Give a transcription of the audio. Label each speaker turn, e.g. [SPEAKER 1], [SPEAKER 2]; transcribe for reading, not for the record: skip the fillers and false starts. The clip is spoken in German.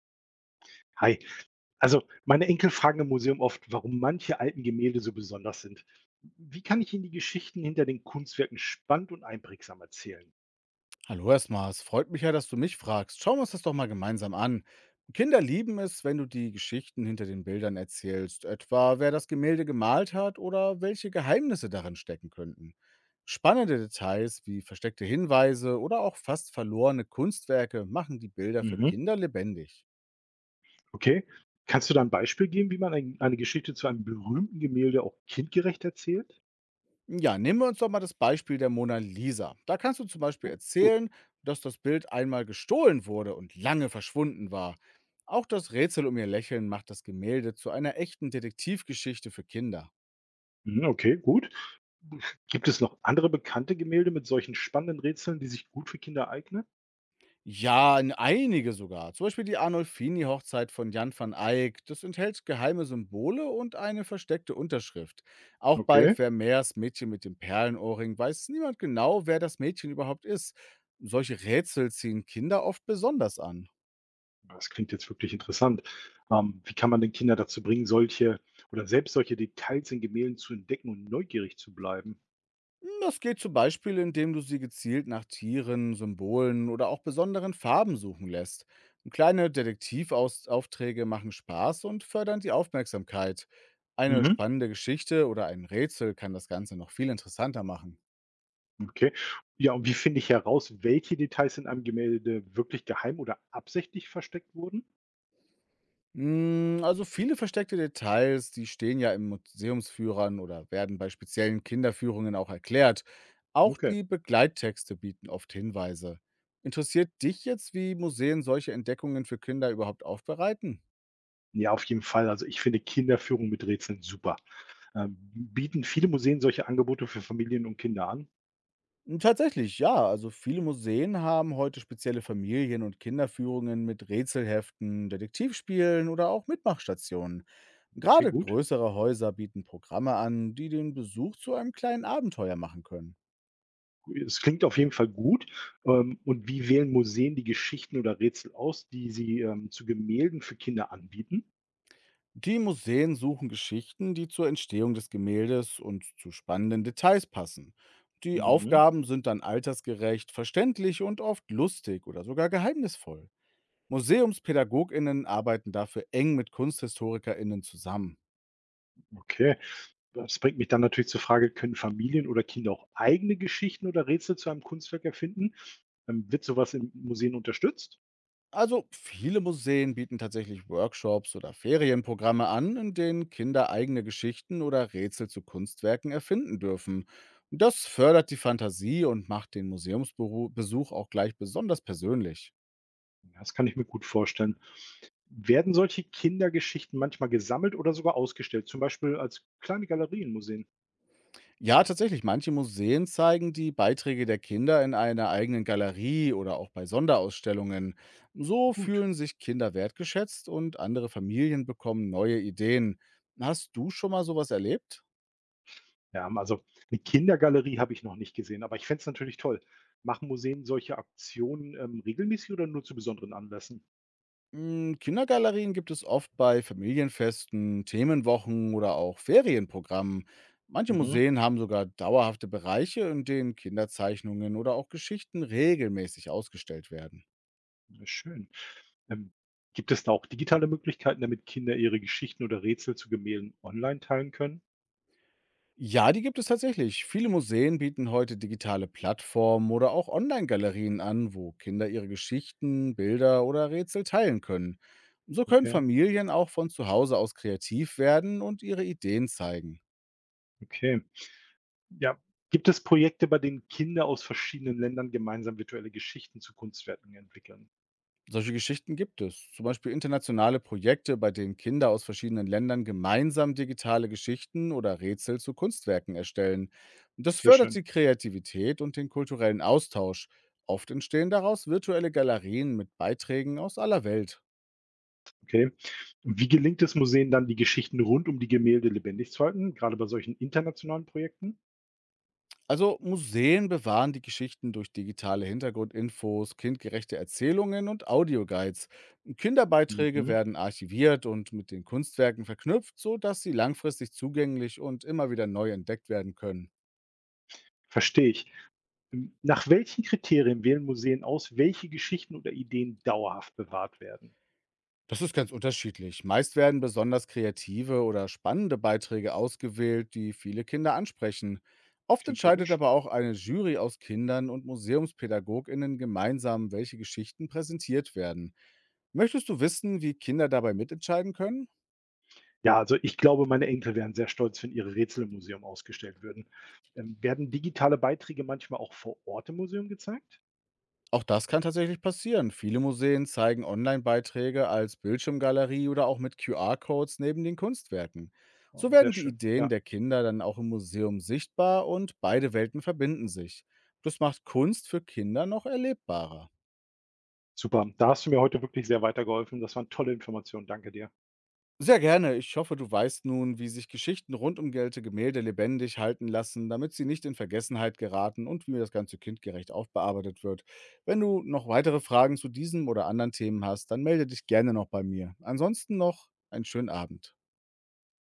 [SPEAKER 1] Hi. Also, meine Enkel fragen im Museum oft, warum manche alten Gemälde so besonders sind. Wie kann ich ihnen die Geschichten hinter den Kunstwerken spannend und einprägsam erzählen?
[SPEAKER 2] Hallo erstmal, es freut mich ja, dass du mich fragst. Schauen wir uns das doch mal gemeinsam an. Kinder lieben es, wenn du die Geschichten hinter den Bildern erzählst, etwa wer das Gemälde gemalt hat oder welche Geheimnisse darin stecken könnten. Spannende Details wie versteckte Hinweise oder auch fast verlorene Kunstwerke machen die Bilder für
[SPEAKER 1] Mhm.
[SPEAKER 2] Kinder lebendig.
[SPEAKER 1] Okay. Kannst du da ein Beispiel geben, wie man eine Geschichte zu einem berühmten Gemälde auch kindgerecht erzählt?
[SPEAKER 2] Ja, nehmen wir uns doch mal das Beispiel der Mona Lisa. Da kannst du zum Beispiel
[SPEAKER 1] Gut.
[SPEAKER 2] erzählen, dass das Bild einmal gestohlen wurde und lange verschwunden war. Auch das Rätsel um ihr Lächeln macht das Gemälde zu einer echten Detektivgeschichte für Kinder.
[SPEAKER 1] Mhm, okay, gut. Gibt es noch andere bekannte Gemälde mit solchen spannenden Rätseln, die sich gut für Kinder eignen?
[SPEAKER 2] Ja, in einige sogar. Zum Beispiel die Arnolfini-Hochzeit von Jan van Eyck. Das enthält geheime Symbole und eine versteckte Unterschrift. Auch bei
[SPEAKER 1] Okay.
[SPEAKER 2] Vermeers Mädchen mit dem Perlenohrring weiß niemand genau, wer das Mädchen überhaupt ist. Solche Rätsel ziehen Kinder oft besonders an.
[SPEAKER 1] Das klingt jetzt wirklich interessant. Wie kann man denn Kinder dazu bringen, solche oder selbst solche Details in Gemälden zu entdecken und neugierig zu bleiben?
[SPEAKER 2] Das geht zum Beispiel, indem du sie gezielt nach Tieren, Symbolen oder auch besonderen Farben suchen lässt. Kleine Detektivaufträge machen Spaß und fördern die Aufmerksamkeit. Eine
[SPEAKER 1] Mhm.
[SPEAKER 2] spannende Geschichte oder ein Rätsel kann das Ganze noch viel interessanter machen.
[SPEAKER 1] Okay. Ja, und wie finde ich heraus, welche Details in einem Gemälde wirklich geheim oder absichtlich versteckt wurden?
[SPEAKER 2] Also viele versteckte Details, die stehen ja im Museumsführern oder werden bei speziellen Kinderführungen auch erklärt. Auch
[SPEAKER 1] Okay.
[SPEAKER 2] die Begleittexte bieten oft Hinweise. Interessiert dich jetzt, wie Museen solche Entdeckungen für Kinder überhaupt aufbereiten?
[SPEAKER 1] Ja, auf jeden Fall. Also ich finde Kinderführung mit Rätseln super. Bieten viele Museen solche Angebote für Familien und Kinder an?
[SPEAKER 2] Tatsächlich, ja. Also viele Museen haben heute spezielle Familien- und Kinderführungen mit Rätselheften, Detektivspielen oder auch Mitmachstationen.
[SPEAKER 1] Okay,
[SPEAKER 2] Gerade
[SPEAKER 1] gut.
[SPEAKER 2] größere Häuser bieten Programme an, die den Besuch zu einem kleinen Abenteuer machen können.
[SPEAKER 1] Es klingt auf jeden Fall gut. Und wie wählen Museen die Geschichten oder Rätsel aus, die sie zu Gemälden für Kinder anbieten?
[SPEAKER 2] Die Museen suchen Geschichten, die zur Entstehung des Gemäldes und zu spannenden Details passen. Die
[SPEAKER 1] Mhm.
[SPEAKER 2] Aufgaben sind dann altersgerecht, verständlich und oft lustig oder sogar geheimnisvoll. Museumspädagoginnen arbeiten dafür eng mit Kunsthistorikerinnen zusammen.
[SPEAKER 1] Okay. Das bringt mich dann natürlich zur Frage, können Familien oder Kinder auch eigene Geschichten oder Rätsel zu einem Kunstwerk erfinden? Wird sowas in Museen unterstützt?
[SPEAKER 2] Also viele Museen bieten tatsächlich Workshops oder Ferienprogramme an, in denen Kinder eigene Geschichten oder Rätsel zu Kunstwerken erfinden dürfen. Das fördert die Fantasie und macht den Museumsbesuch auch gleich besonders persönlich.
[SPEAKER 1] Ja, das kann ich mir gut vorstellen. Werden solche Kindergeschichten manchmal gesammelt oder sogar ausgestellt, zum Beispiel als kleine Galerien, Museen?
[SPEAKER 2] Ja, tatsächlich. Manche Museen zeigen die Beiträge der Kinder in einer eigenen Galerie oder auch bei Sonderausstellungen. So
[SPEAKER 1] Gut.
[SPEAKER 2] fühlen sich Kinder wertgeschätzt und andere Familien bekommen neue Ideen. Hast du schon mal sowas erlebt?
[SPEAKER 1] Ja, also eine Kindergalerie habe ich noch nicht gesehen, aber ich fände es natürlich toll. Machen Museen solche Aktionen regelmäßig oder nur zu besonderen Anlässen?
[SPEAKER 2] Kindergalerien gibt es oft bei Familienfesten, Themenwochen oder auch Ferienprogrammen. Manche
[SPEAKER 1] Mhm,
[SPEAKER 2] Museen haben sogar dauerhafte Bereiche, in denen Kinderzeichnungen oder auch Geschichten regelmäßig ausgestellt werden.
[SPEAKER 1] ja schön. Ähm, Gibt es da auch digitale Möglichkeiten, damit Kinder ihre Geschichten oder Rätsel zu Gemälden online teilen können?
[SPEAKER 2] Ja, die gibt es tatsächlich. Viele Museen bieten heute digitale Plattformen oder auch Online-Galerien an, wo Kinder ihre Geschichten, Bilder oder Rätsel teilen können. So können
[SPEAKER 1] Okay,
[SPEAKER 2] Familien auch von zu Hause aus kreativ werden und ihre Ideen zeigen.
[SPEAKER 1] okay. Ja, gibt es Projekte, bei denen Kinder aus verschiedenen Ländern gemeinsam virtuelle Geschichten zu Kunstwerken entwickeln?
[SPEAKER 2] Solche Geschichten gibt es. Zum Beispiel internationale Projekte, bei denen Kinder aus verschiedenen Ländern gemeinsam digitale Geschichten oder Rätsel zu Kunstwerken erstellen. Und das
[SPEAKER 1] Sehr
[SPEAKER 2] fördert
[SPEAKER 1] schön,
[SPEAKER 2] die Kreativität und den kulturellen Austausch. Oft entstehen daraus virtuelle Galerien mit Beiträgen aus aller Welt.
[SPEAKER 1] okay. Und wie gelingt es Museen dann, die Geschichten rund um die Gemälde lebendig zu halten, gerade bei solchen internationalen Projekten?
[SPEAKER 2] Also Museen bewahren die Geschichten durch digitale Hintergrundinfos, kindgerechte Erzählungen und Audioguides. Kinderbeiträge
[SPEAKER 1] Mhm.
[SPEAKER 2] werden archiviert und mit den Kunstwerken verknüpft, sodass sie langfristig zugänglich und immer wieder neu entdeckt werden können.
[SPEAKER 1] Verstehe ich. Nach welchen Kriterien wählen Museen aus, welche Geschichten oder Ideen dauerhaft bewahrt werden?
[SPEAKER 2] Das ist ganz unterschiedlich. Meist werden besonders kreative oder spannende Beiträge ausgewählt, die viele Kinder ansprechen. Oft
[SPEAKER 1] Klingt
[SPEAKER 2] entscheidet
[SPEAKER 1] logisch.
[SPEAKER 2] aber auch eine Jury aus Kindern und Museumspädagoginnen gemeinsam, welche Geschichten präsentiert werden. Möchtest du wissen, wie Kinder dabei mitentscheiden können?
[SPEAKER 1] Ja, also ich glaube, meine Enkel wären sehr stolz, wenn ihre Rätsel im Museum ausgestellt würden. Werden digitale Beiträge manchmal auch vor Ort im Museum gezeigt?
[SPEAKER 2] Auch das kann tatsächlich passieren. Viele Museen zeigen Online-Beiträge als Bildschirmgalerie oder auch mit QR-Codes neben den Kunstwerken. So
[SPEAKER 1] Oh, sehr
[SPEAKER 2] werden die
[SPEAKER 1] schön.
[SPEAKER 2] Ideen
[SPEAKER 1] Ja,
[SPEAKER 2] der Kinder dann auch im Museum sichtbar und beide Welten verbinden sich. Das macht Kunst für Kinder noch erlebbarer.
[SPEAKER 1] super. Da hast du mir heute wirklich sehr weitergeholfen. Das waren tolle Informationen. Danke dir.
[SPEAKER 2] Sehr gerne. Ich hoffe, du weißt nun, wie sich Geschichten rund um gelte Gemälde lebendig halten lassen, damit sie nicht in Vergessenheit geraten und wie das Ganze kindgerecht aufbearbeitet wird. Wenn du noch weitere Fragen zu diesem oder anderen Themen hast, dann melde dich gerne noch bei mir. Ansonsten noch einen schönen Abend.